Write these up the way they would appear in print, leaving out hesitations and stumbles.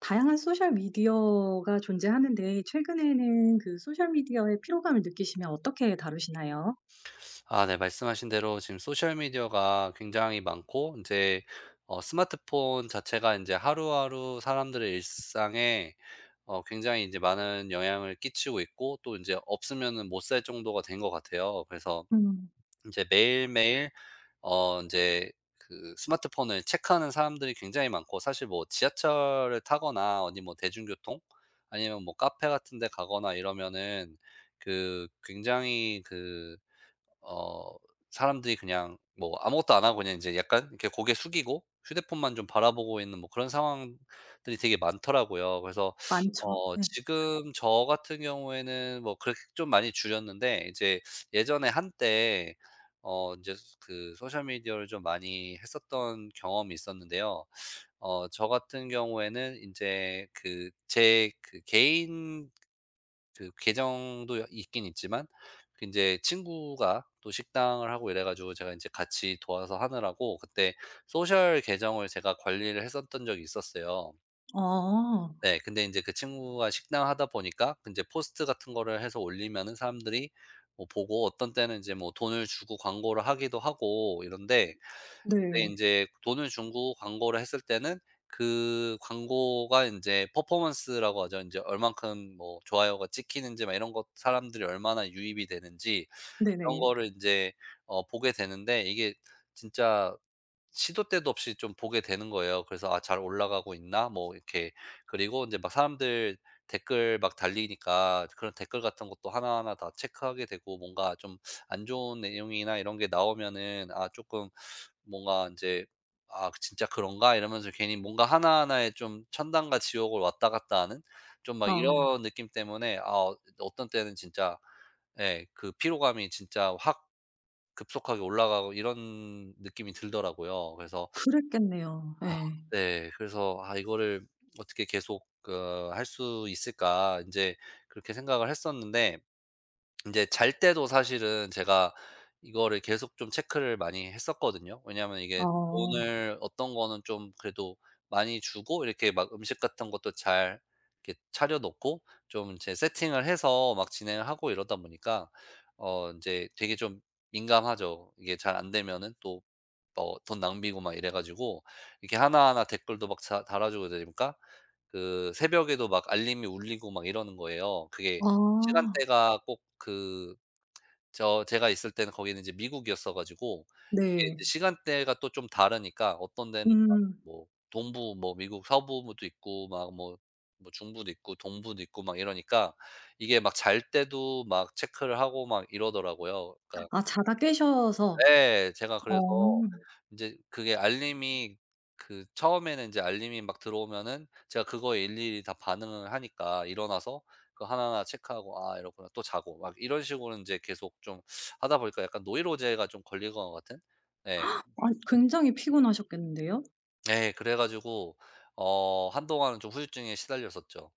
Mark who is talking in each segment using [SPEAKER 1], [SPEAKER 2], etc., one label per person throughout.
[SPEAKER 1] 다양한 소셜 미디어가 존재하는데 최근에는 그 소셜 미디어의 피로감을 느끼시면 어떻게 다루시나요?
[SPEAKER 2] 아 네. 말씀하신 대로 지금 소셜 미디어가 굉장히 많고 이제 스마트폰 자체가 이제 하루하루 사람들의 일상에 굉장히 이제 많은 영향을 끼치고 있고, 또 이제 없으면은 못 살 정도가 된 것 같아요. 그래서
[SPEAKER 1] 음.
[SPEAKER 2] 이제 매일매일 어제그 스마트폰을 체크하는 사람들이 굉장히 많고, 사실 뭐 지하철을 타거나 어디 뭐 대중교통 아니면 뭐 카페 같은 데 가거나 이러면은 그 굉장히 그 어 사람들이 그냥 뭐 아무것도 안 하고 그냥 이제 약간 이렇게 고개 숙이고 휴대폰만 좀 바라보고 있는 뭐 그런 상황들이 되게 많더라고요. 그래서
[SPEAKER 1] 많죠. 네.
[SPEAKER 2] 지금 저 같은 경우에는 뭐 그렇게 좀 많이 줄였는데, 이제 예전에 한때 이제 그 소셜 미디어를 좀 많이 했었던 경험이 있었는데요. 저 같은 경우에는 이제 그 제 그 개인 그 계정도 있긴 있지만, 그제 친구가 또 식당을 하고 이래 가지고 제가 이제 같이 도와서 하느라고 그때 소셜 계정을 제가 관리를 했었던 적이 있었어요.
[SPEAKER 1] 어.
[SPEAKER 2] 네. 근데 이제 그 친구가 식당 하다 보니까 이제 포스트 같은 거를 해서 올리면은 사람들이 뭐 보고, 어떤 때는 이제 뭐 돈을 주고 광고를 하기도 하고 이런데, 근데
[SPEAKER 1] 네.
[SPEAKER 2] 인제 돈을 주고 광고를 했을 때는 그 광고가 인제 퍼포먼스라고 하죠. 인제 얼만큼 뭐 좋아요가 찍히는지 막 이런 것, 사람들이 얼마나 유입이 되는지 이런
[SPEAKER 1] 네네.
[SPEAKER 2] 거를 인제 보게 되는데, 이게 진짜 시도 때도 없이 좀 보게 되는 거예요. 그래서 '아 잘 올라가고 있나?' 뭐 이렇게. 그리고 이제 막 사람들 댓글 막 달리니까, 그런 댓글 같은 것도 하나하나 다 체크하게 되고, 뭔가 좀 안 좋은 내용이나 이런 게 나오면은 아 조금 뭔가 이제 '아 진짜 그런가?' 이러면서 괜히 뭔가 하나하나에 좀 천당과 지옥을 왔다 갔다 하는 좀 막
[SPEAKER 1] 아
[SPEAKER 2] 이런 느낌 때문에 아 어떤 때는 진짜 예, 그 피로감이 진짜 확 급속하게 올라가고 이런 느낌이 들더라고요. 그래서
[SPEAKER 1] 그랬겠네요.
[SPEAKER 2] 아
[SPEAKER 1] 예.
[SPEAKER 2] 네. 그래서 '아 이거를 어떻게 계속 그 할 수 있을까.' 인제 그렇게 생각을 했었는데, 이제 잘 때도 사실은 제가 이거를 계속 좀 체크를 많이 했었거든요. 왜냐하면 이게
[SPEAKER 1] 어.
[SPEAKER 2] 돈을 어떤 거는 좀 그래도 많이 주고 이렇게 막 음식 같은 것도 잘 이렇게 차려 놓고 좀 이제 세팅을 해서 막 진행을 하고 이러다 보니까 이제 되게 좀 민감하죠. 이게 잘 안 되면은 또 뭐 돈 낭비고 막 이래 가지고 이렇게 하나하나 댓글도 막 자 달아 주고 이러니까 그 새벽에도 막 알림이 울리고 막 이러는 거예요. 그게
[SPEAKER 1] 아.
[SPEAKER 2] 시간대가 꼭 그 저 제가 있을 때는 거기는 이제 미국이었어 가지고 이게 이제
[SPEAKER 1] 네.
[SPEAKER 2] 시간대가 또 좀 다르니까, 어떤 데는 막
[SPEAKER 1] 음.
[SPEAKER 2] 뭐 동부 뭐 미국 서부도 있고 막 뭐 뭐 중부도 있고 동부도 있고 막 이러니까 이게 막 잘 때도 막 체크를 하고 막 이러더라고요. 그러니까
[SPEAKER 1] 아 자다 깨셔서.
[SPEAKER 2] 네, 제가
[SPEAKER 1] 어.
[SPEAKER 2] 그래서 인제 그게 알림이 그 처음에는 인제 알림이 막 들어오면은 제가 그거에 일일이 다 반응을 하니까 일어나서 그거 하나하나 체크하고 '아 이렇구나.' 또 자고 막 이런 식으로 인제 계속 좀 하다 보니까 약간 노이로제가 좀 걸린 것 같은 예.
[SPEAKER 1] 아 굉장히 피곤하셨겠는데요?
[SPEAKER 2] 예. 그래 가지고 한동안은 좀 후유증에 시달렸었죠.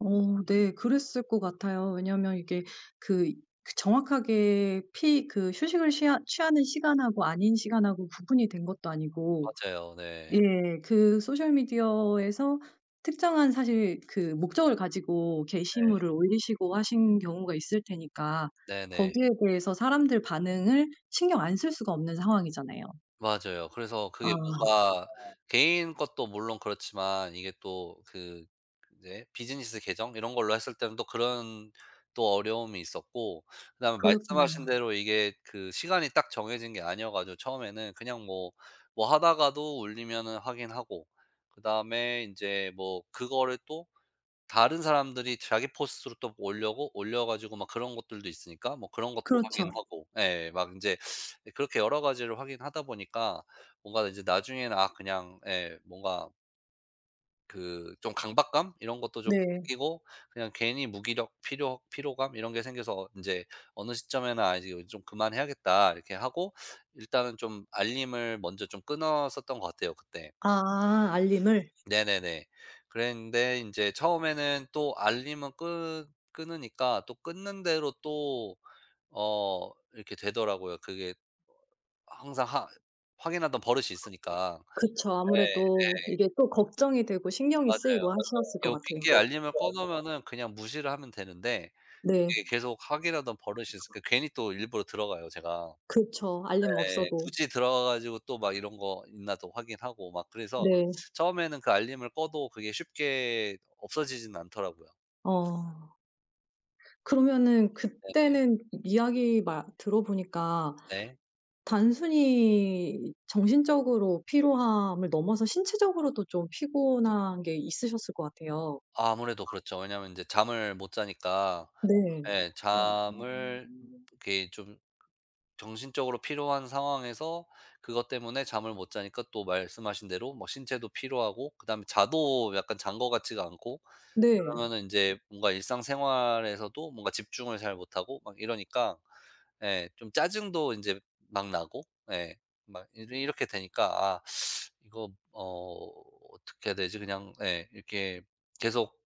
[SPEAKER 1] 어 네. 그랬을 것 같아요. 왜냐하면 이게 그 그 정확하게 피 그 휴식을 하 취하는 시간하고 아닌 시간하고 구분이 된 것도 아니고,
[SPEAKER 2] 맞아요. 네.
[SPEAKER 1] 예, 그 소셜 미디어에서 특정한 사실 그 목적을 가지고
[SPEAKER 2] 네.
[SPEAKER 1] 게시물을 올리시고 하신 경우가 있을 테니까
[SPEAKER 2] 네네.
[SPEAKER 1] 거기에 대해서 사람들 반응을 신경 안 쓸 수가 없는 상황이잖아요.
[SPEAKER 2] 맞아요. 그래서 그게
[SPEAKER 1] 아,
[SPEAKER 2] 뭔가 개인 것도 물론 그렇지만 이게 또 그 이제 비즈니스 계정 이런 걸로 했을 때는 또 그런 또 어려움이 있었고, 그다음에 말씀하신
[SPEAKER 1] 그렇군요.
[SPEAKER 2] 대로 이게 그 시간이 딱 정해진 게 아니어 가지고, 처음에는 그냥 뭐 뭐 하다가도 울리면은 확인하고, 그다음에 이제 뭐 그거를 또 다른 사람들이 자기 포스트로 또 올려고 올려 가지고 막 그런 것들도 있으니까 뭐 그런 것도
[SPEAKER 1] 그렇죠.
[SPEAKER 2] 확인하고 예 막 이제 그렇게 여러 가지를 확인하다 보니까 뭔가 이제 나중에는 아 그냥 예 뭔가 그 좀 강박감 이런 것도 좀
[SPEAKER 1] 네.
[SPEAKER 2] 생기고, 그냥 괜히 무기력 피로감 이런 게 생겨서 이제 어느 시점에는 '아 이제 좀 그만해야겠다.' 이렇게 하고 일단은 좀 알림을 먼저 좀 끊었었던 것 같아요 그때.
[SPEAKER 1] 아, 알림을?
[SPEAKER 2] 네네네. 그랬는데 인제 처음에는 또 알림은 끄 끄느니까 또 끄는 대로 또 이렇게 되더라고요. 그게 항상 하 확인하던 버릇이 있으니까.
[SPEAKER 1] 그쵸.
[SPEAKER 2] 예.
[SPEAKER 1] 아무래도 이게 또 걱정이 되고 신경이
[SPEAKER 2] 맞아요.
[SPEAKER 1] 쓰이고, 맞아요. 하셨을
[SPEAKER 2] 이게
[SPEAKER 1] 것
[SPEAKER 2] 웃긴
[SPEAKER 1] 같아요.
[SPEAKER 2] 게 알림을 꺼 놓으면은 그냥 무시를 하면 되는데
[SPEAKER 1] 네. 네.
[SPEAKER 2] 이게 계속 확인하던 버릇이 있으니까 괜히 또 일부러 들어가요 제가.
[SPEAKER 1] 그쵸. 알림
[SPEAKER 2] 예.
[SPEAKER 1] 없어도.
[SPEAKER 2] 굳이 들어가 가지고 또 막 이런 거 있나 또 확인하고 막, 그래서
[SPEAKER 1] 네.
[SPEAKER 2] 처음에는 그 알림을 꺼도 그게 쉽게 없어지진 않더라고요.
[SPEAKER 1] 어. 그러면은
[SPEAKER 2] 네네.
[SPEAKER 1] 그때는 이야기 말 들어보니까
[SPEAKER 2] 네.
[SPEAKER 1] 단순히 정신적으로 피로함을 넘어서 신체적으로도 좀 피곤한 게 있으셨을 것 같아요.
[SPEAKER 2] 아 아무래도 그렇죠. 왜냐하면 이제 잠을 못 자니까
[SPEAKER 1] 네.
[SPEAKER 2] 예 잠을 이렇게 좀 정신적으로 필요한 상황에서 그것 때문에 잠을 못 자니까 또 말씀하신 대로 뭐 신체도 피로하고, 그다음에 자도 약간 잔 것 같지가 않고
[SPEAKER 1] 네.
[SPEAKER 2] 그러면은 이제 뭔가 일상생활에서도 뭔가 집중을 잘 못하고 막 이러니까 예 좀 짜증도 이제 막 나고 예 막 이 이렇게 되니까 '아 이거 어떻게 해야 되지?' 그냥 예 이렇게 계속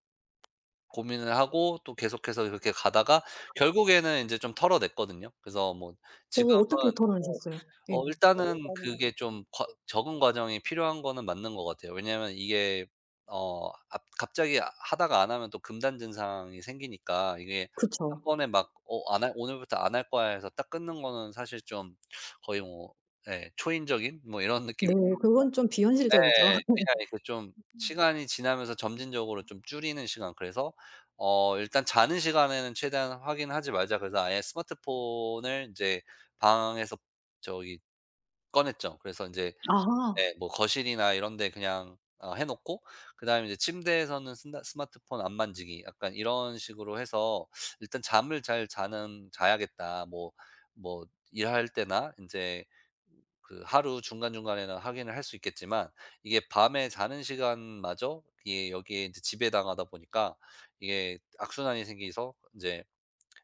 [SPEAKER 2] 고민을 하고 또 계속해서 그렇게 가다가 결국에는 인제 좀 털어냈거든요. 그래서 뭐
[SPEAKER 1] 어
[SPEAKER 2] 지금
[SPEAKER 1] 어떻게. 어. 덜어내셨어요? 예.
[SPEAKER 2] 일단은 그게 좀 과 적응 과정이 필요한 거는 맞는 것 같아요. 왜냐하면 이게 앞 갑자기 하다가 안 하면 또 금단 증상이 생기니까, 이게 한
[SPEAKER 1] 그쵸.
[SPEAKER 2] 번에 막 안 할 "오늘부터 안 할 거야." 해서 딱 끊는 거는 사실 좀 거의 뭐 예 초인적인 뭐 이런
[SPEAKER 1] 네.
[SPEAKER 2] 느낌이
[SPEAKER 1] 그건 좀 비현실적이죠. 아.
[SPEAKER 2] 예. 그냥 이렇게 좀 시간이 지나면서 점진적으로 좀 줄이는 시간, 그래서 일단 자는 시간에는 최대한 확인하지 말자, 그래서 아예 스마트폰을 인제 방에서 저기 꺼냈죠. 그래서 인제 예 뭐 거실이나 이런 데 그냥 해 놓고, 그다음에 이제 침대에서는 쓴다 스마트폰 안 만지기 약간 이런 식으로 해서 일단 잠을 잘 자는 자야겠다. 뭐 뭐 일할 때나 인제 그 하루 중간중간에는 확인을 할 수 있겠지만, 이게 밤에 자는 시간마저 이게 여기에 제 지배당하다 보니까 이게 악순환이 생기서 이제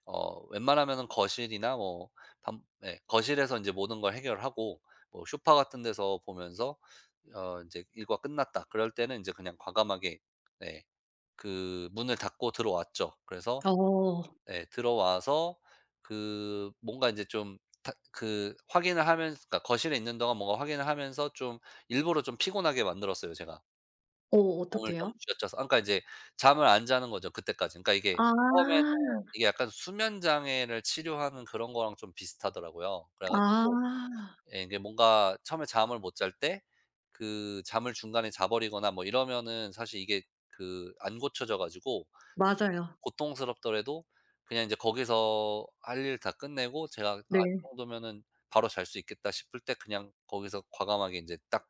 [SPEAKER 2] 웬만하면은 거실이나 뭐 밤 예 거실에서 이제 모든 걸 해결하고, 뭐 소파 같은 데서 보면서 어제 '일과 끝났다.' 그럴 때는 이제 그냥 과감하게 네 그 문을 닫고 들어왔죠. 그래서
[SPEAKER 1] 어.
[SPEAKER 2] 예 들어와서 그 뭔가 이제 좀 그 확인을 하면서, 그러니까 거실에 있는 동안 뭔가 확인을 하면서 좀 일부러 좀 피곤하게 만들었어요 제가.
[SPEAKER 1] 어 어떻해
[SPEAKER 2] 몸을
[SPEAKER 1] 요
[SPEAKER 2] 좀 쥐어짜서 아 그러니까 이제 잠을 안 자는 거죠 그때까지. 그러니까 이게 처음에는
[SPEAKER 1] 아.
[SPEAKER 2] 이게 약간 수면 장애를 치료하는 그런 거랑 좀 비슷하더라고요. 그래 가지고
[SPEAKER 1] 아,
[SPEAKER 2] 예 이게 뭔가 처음에 잠을 못 잘 때 그 잠을 중간에 자 버리거나 뭐 이러면은 사실 이게 그 안 고쳐져 가지고
[SPEAKER 1] 맞아요.
[SPEAKER 2] 고통스럽더라도 그냥 이제 거기서 할 일 다 끝내고 제가 '아
[SPEAKER 1] 네.
[SPEAKER 2] 이 정도면은 바로 잘 수 있겠다.' 싶을 때 그냥 거기서 과감하게 인제 딱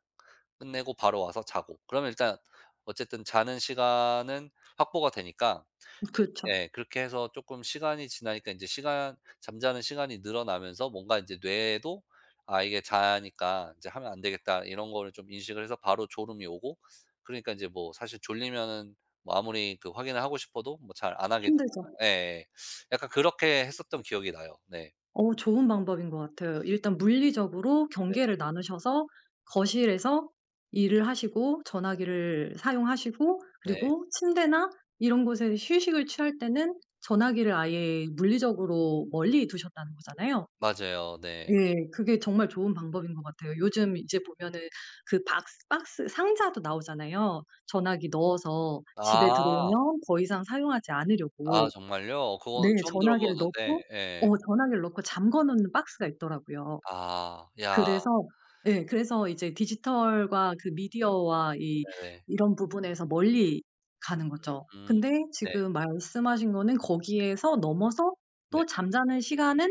[SPEAKER 2] 끝내고 바로 와서 자고. 그러면 일단 어쨌든 자는 시간은 확보가 되니까
[SPEAKER 1] 그렇죠.
[SPEAKER 2] 예. 그렇게 해서 조금 시간이 지나니까 이제 시간 잠자는 시간이 늘어나면서 뭔가 이제 뇌에도 '아 이게 자니까 이제 하면 안 되겠다.' 이런 거를 좀 인식을 해서 바로 졸음이 오고, 그러니까 이제 뭐 사실 졸리면은 뭐 아무리 그 확인을 하고 싶어도 뭐 잘 안 하게 되잖아요.
[SPEAKER 1] 힘들죠.
[SPEAKER 2] 예예. 약간 그렇게 했었던 기억이 나요. 네.
[SPEAKER 1] 어, 좋은 방법인 것 같아요. 일단 물리적으로
[SPEAKER 2] 네.
[SPEAKER 1] 경계를 나누셔서 거실에서 일을 하시고 전화기를 사용하시고
[SPEAKER 2] 네.
[SPEAKER 1] 그리고 침대나 이런 곳에 휴식을 취할 때는 전화기를 아예 물리적으로 멀리 두셨다는 거잖아요.
[SPEAKER 2] 맞아요. 네.
[SPEAKER 1] 예. 그게 정말 좋은 방법인 것 같아요. 요즘 이제 보면은 그 박스 상자도 나오잖아요. 전화기 넣어서 집에
[SPEAKER 2] 아.
[SPEAKER 1] 들어오면 더 이상 사용하지
[SPEAKER 2] 아
[SPEAKER 1] 않으려고.
[SPEAKER 2] 정말요?
[SPEAKER 1] 네.
[SPEAKER 2] 그거는 처음
[SPEAKER 1] 전화기를
[SPEAKER 2] 들어보는데
[SPEAKER 1] 넣고
[SPEAKER 2] 예.
[SPEAKER 1] 전화기를 넣고 잠궈 놓는 박스가 있더라고요.
[SPEAKER 2] 아. 야.
[SPEAKER 1] 그래서 예 그래서 이제 디지털과 그 미디어와 이
[SPEAKER 2] 네네.
[SPEAKER 1] 이런 부분에서 멀리 가는 거죠.
[SPEAKER 2] 음.
[SPEAKER 1] 근데
[SPEAKER 2] 네.
[SPEAKER 1] 지금 말씀하신 거는 거기에서 넘어서
[SPEAKER 2] 네.
[SPEAKER 1] 또 잠자는 시간은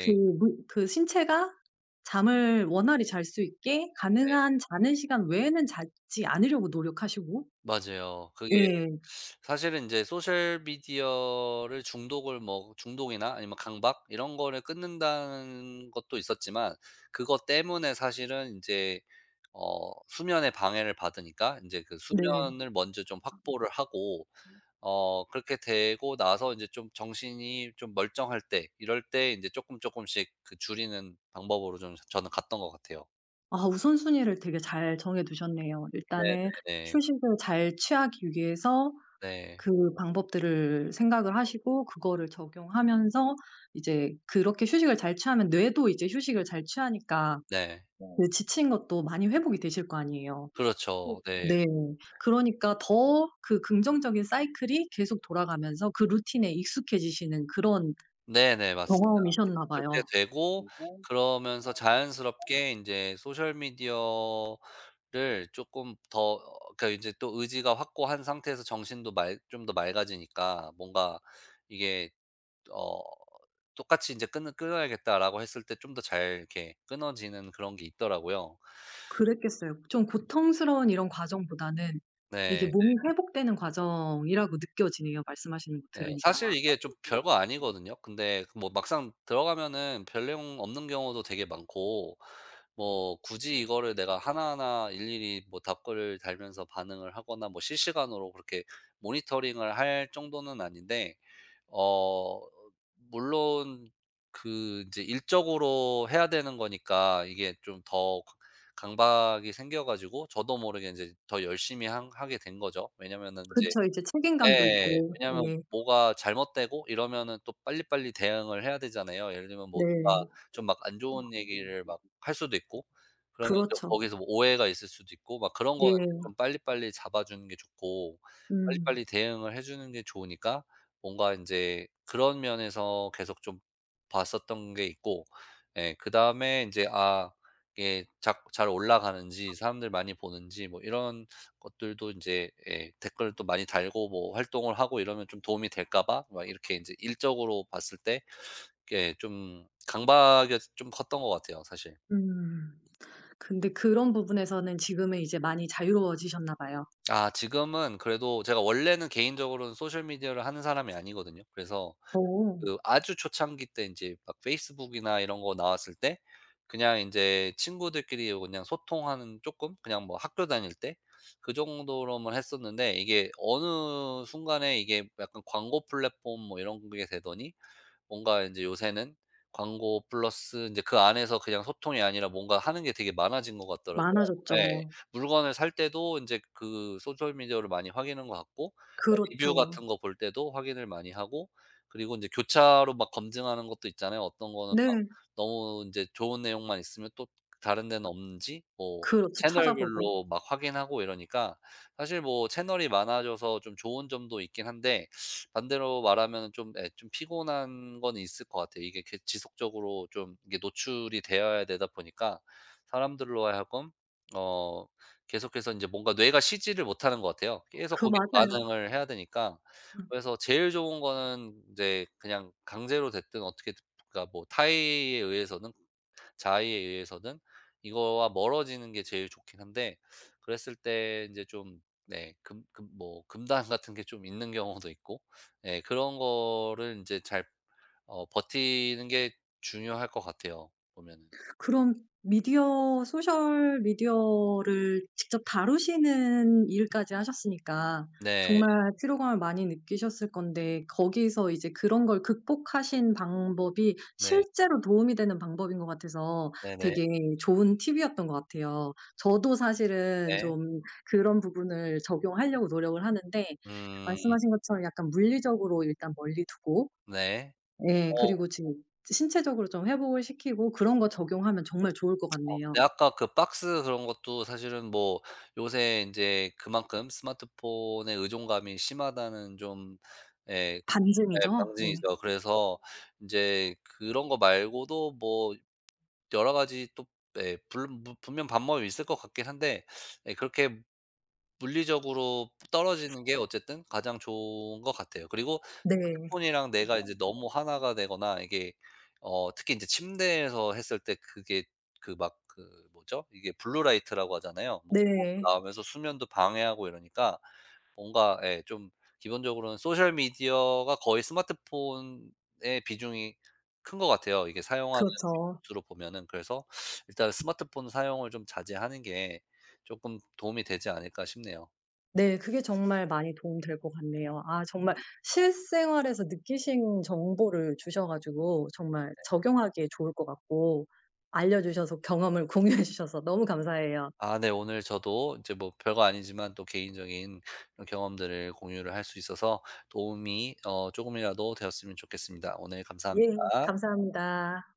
[SPEAKER 1] 그 무 그 신체가 잠을 원활히 잘 수 있게
[SPEAKER 2] 네.
[SPEAKER 1] 가능한 자는 시간 외에는 자지 않으려고 노력하시고.
[SPEAKER 2] 맞아요. 그게
[SPEAKER 1] 예.
[SPEAKER 2] 사실은 이제 소셜 미디어를 중독을 뭐 중독이나 아니면 강박 이런 거를 끊는다는 것도 있었지만, 그것 때문에 사실은 인제 수면에 방해를 받으니까 인제 그
[SPEAKER 1] 네.
[SPEAKER 2] 수면을 먼저 좀 확보를 하고, 그렇게 되고 나서 인제 좀 정신이 좀 멀쩡할 때 이럴 때 인제 쪼끔쪼끔씩 그 줄이는 방법으로 좀 저는 갔던 것 같아요.
[SPEAKER 1] 아, 우선순위를 되게 잘 정해 두셨네요. 일단은
[SPEAKER 2] 네네네.
[SPEAKER 1] 휴식을 잘 취하기 위해서
[SPEAKER 2] 네.
[SPEAKER 1] 그 방법들을 생각을 하시고 그거를 적용하면서 이제 그렇게 휴식을 잘 취하면 뇌도 이제 휴식을 잘 취하니까
[SPEAKER 2] 네.
[SPEAKER 1] 그 지친 것도 많이 회복이 되실 거 아니에요.
[SPEAKER 2] 그렇죠. 네.
[SPEAKER 1] 네. 그러니까 더 그 긍정적인 사이클이 계속 돌아가면서 그 루틴에 익숙해지시는 그런
[SPEAKER 2] 네네. 맞습니다.
[SPEAKER 1] 경험이셨나
[SPEAKER 2] 그렇게
[SPEAKER 1] 봐요.
[SPEAKER 2] 되고, 그러면서 자연스럽게 인제 소셜 미디어를 쪼끔 더 어, 그러니까 이제 또 의지가 확고한 상태에서 정신도 맑 좀 더 맑아지니까 뭔가 이게 어 '똑같이 인제 끊어야겠다.'라고 했을 때 좀 더 잘 이렇게 끊어지는 그런 게 있더라고요.
[SPEAKER 1] 그랬겠어요. 좀 고통스러운 이런 과정보다는 이게
[SPEAKER 2] 네.
[SPEAKER 1] 몸이, 네, 회복되는 과정이라고 느껴지네요, 말씀하시는 거
[SPEAKER 2] 네.
[SPEAKER 1] 들으니까.
[SPEAKER 2] 사실 이게 좀 별거 아니거든요. 근데 그 뭐 막상 들어가면은 별 내용 없는 경우도 되게 많고, 뭐 굳이 이거를 내가 하나하나 일일이 뭐 답글을 달면서 반응을 하거나 뭐 실시간으로 그렇게 모니터링을 할 정도는 아닌데 어 물론 그 이제 일적으로 해야 되는 거니까 이게 좀 더 강박이 생겨 가지고 저도 모르게 이제 더 열심히 한 하게 된 거죠. 왜냐면은 이제
[SPEAKER 1] 그쵸. 이제 책임감도
[SPEAKER 2] 예.
[SPEAKER 1] 있고.
[SPEAKER 2] 왜냐하면
[SPEAKER 1] 예.
[SPEAKER 2] 뭐가 잘못되고 이러면은 또 빨리빨리 대응을 해야 되잖아요. 예를 들면 뭐 누가
[SPEAKER 1] 네.
[SPEAKER 2] 좀 막 안 좋은 얘기를 막 할 수도 있고, 그러면 또
[SPEAKER 1] 그렇죠.
[SPEAKER 2] 거기서 뭐 오해가 있을 수도 있고 막 그런 거는 이제
[SPEAKER 1] 예.
[SPEAKER 2] 좀 빨리빨리 잡아 주는 게 좋고
[SPEAKER 1] 음.
[SPEAKER 2] 빨리빨리 대응을 해 주는 게 좋으니까, 뭔가 인제 그런 면에서 계속 좀 봤었던 게 있고, 예 그다음에 인제 아 이게 작 잘 올라가는지 사람들 많이 보는지 뭐 이런 것들도 이제 예 댓글을 또 많이 달고 뭐 활동을 하고 이러면 좀 도움이 될까 봐 막 이렇게 이제 일적으로 봤을 때 예 좀 강박이 좀 컸던 것 같아요 사실.
[SPEAKER 1] 음. 근데 그런 부분에서는 지금은 이제 많이 자유로워지셨나 봐요.
[SPEAKER 2] 아 지금은 그래도 제가 원래는 개인적으로는 소셜 미디어를 하는 사람이 아니거든요. 그래서
[SPEAKER 1] 어.
[SPEAKER 2] 그 아주 초창기 때 인제 막 페이스북이나 이런 거 나왔을 때 그냥 인제 친구들끼리 그냥 소통하는 쪼끔 그냥 뭐 학교 다닐 때 그 정도로만 했었는데, 이게 어느 순간에 이게 약간 광고 플랫폼 뭐 이런 게 되더니 뭔가 이제 요새는 광고 플러스 인제 그 안에서 그냥 소통이 아니라 뭔가 하는 게 되게 많아진 것 같더라고요. 예.
[SPEAKER 1] 많아졌죠.
[SPEAKER 2] 물건을 살 때도 인제 그 소셜 미디어를 많이 확인한 것 같고, 뭐 리뷰
[SPEAKER 1] 그렇죠.
[SPEAKER 2] 같은 거 볼 때도 확인을 많이 하고, 그리고 인제 교차로 막 검증하는 것도 있잖아요. 어떤 거는 막
[SPEAKER 1] 네.
[SPEAKER 2] 너무 인제 좋은 내용만 있으면 또 다른 데는 없는지 뭐
[SPEAKER 1] 그렇죠. 찾아보고.
[SPEAKER 2] 채널별로 막 확인하고 이러니까 사실 뭐 채널이 많아져서 좀 좋은 점도 있긴 한데, 반대로 말하면 좀 예 좀 피곤한 건 있을 것 같아요. 이게 이렇게 지속적으로 좀 이게 노출이 되어야 되다 보니까 사람들로 하여금 어 계속해서 인제 뭔가 뇌가 쉬지를 못하는 것 같아요. 계속
[SPEAKER 1] 그
[SPEAKER 2] 거기에
[SPEAKER 1] 맞아요.
[SPEAKER 2] 반응을 해야 되니까. 그래서 제일 좋은 거는 인제 그냥 강제로 됐든 어떻게, 그러니까 뭐 타의에 의해서는 자의에 의해서는 이거와 멀어지는 게 제일 좋긴 한데, 그랬을 때 인제 좀 네 금 금 뭐 금단 같은 게 좀 있는 경우도 있고 예, 그런 거를 인제 잘 버티는 게 중요할 것 같아요 보면은.
[SPEAKER 1] 그럼 미디어 소셜 미디어를 직접 다루시는 일까지 하셨으니까
[SPEAKER 2] 네.
[SPEAKER 1] 정말 피로감을 많이 느끼셨을 건데 거기서 이제 그런 걸 극복하신 방법이
[SPEAKER 2] 네.
[SPEAKER 1] 실제로 도움이 되는 방법인 것 같아서
[SPEAKER 2] 네네.
[SPEAKER 1] 되게 좋은 팁이었던 것 같아요. 저도 사실은
[SPEAKER 2] 네. 네.
[SPEAKER 1] 좀 그런 부분을 적용하려고 노력을 하는데 그
[SPEAKER 2] 음
[SPEAKER 1] 말씀하신 것처럼 약간 물리적으로 일단 멀리 두고.
[SPEAKER 2] 네.
[SPEAKER 1] 예.
[SPEAKER 2] 어
[SPEAKER 1] 그리고 지금 신체적으로 좀 회복을 시키고 그런 거 적용하면 정말 좋을 것 같네요.
[SPEAKER 2] 근데 아까 그 박스 그런 것도 사실은 뭐 요새 인제 그만큼 스마트폰의 의존감이 심하다는 좀예 네,
[SPEAKER 1] 반증이죠?
[SPEAKER 2] 방진이
[SPEAKER 1] 예.
[SPEAKER 2] 죠 그래서 인제 그런 거 말고도 뭐 여러 가지 또 예 물론 무 분명 방법이 있을 것 같긴 한데, 예 그렇게 물리적으로 떨어지는 게 어쨌든 가장 좋은 것 같아요. 그리고
[SPEAKER 1] 네.
[SPEAKER 2] 스마트폰이랑 내가 이제 너무 하나가 되거나 이게 특히 인제 침대에서 했을 때 그게 그 막 그 뭐죠? 이게 블루라이트라고 하잖아요. 뭐 그것도
[SPEAKER 1] 네.
[SPEAKER 2] 나오면서 수면도 방해하고 이러니까 뭔가 예 좀 기본적으로는 소셜 미디어가 거의 스마트폰의 비중이 큰 것 같아요, 이게 사용하는
[SPEAKER 1] 그렇죠.
[SPEAKER 2] 빈도수로 보면은. 그래서 일단 '스마트폰 사용을 좀 자제하는 게 조금 도움이 되지 않을까.' 싶네요.
[SPEAKER 1] 네. 그게 정말 많이 도움 될 것 같네요. 아 정말 실생활에서 느끼신 정보를 주셔 가지고 정말 적용하기에 좋을 것 같고 알려 주셔서 경험을 공유해 주셔서 너무 감사해요.
[SPEAKER 2] 아 네 오늘 저도 이제 뭐 별거 아니지만 또 개인적인 이런 경험들을 공유를 할 수 있어서 도움이 어금이라도 되었으면 좋겠습니다. 오늘
[SPEAKER 1] 예.
[SPEAKER 2] 감사합니다.
[SPEAKER 1] 감사합니다.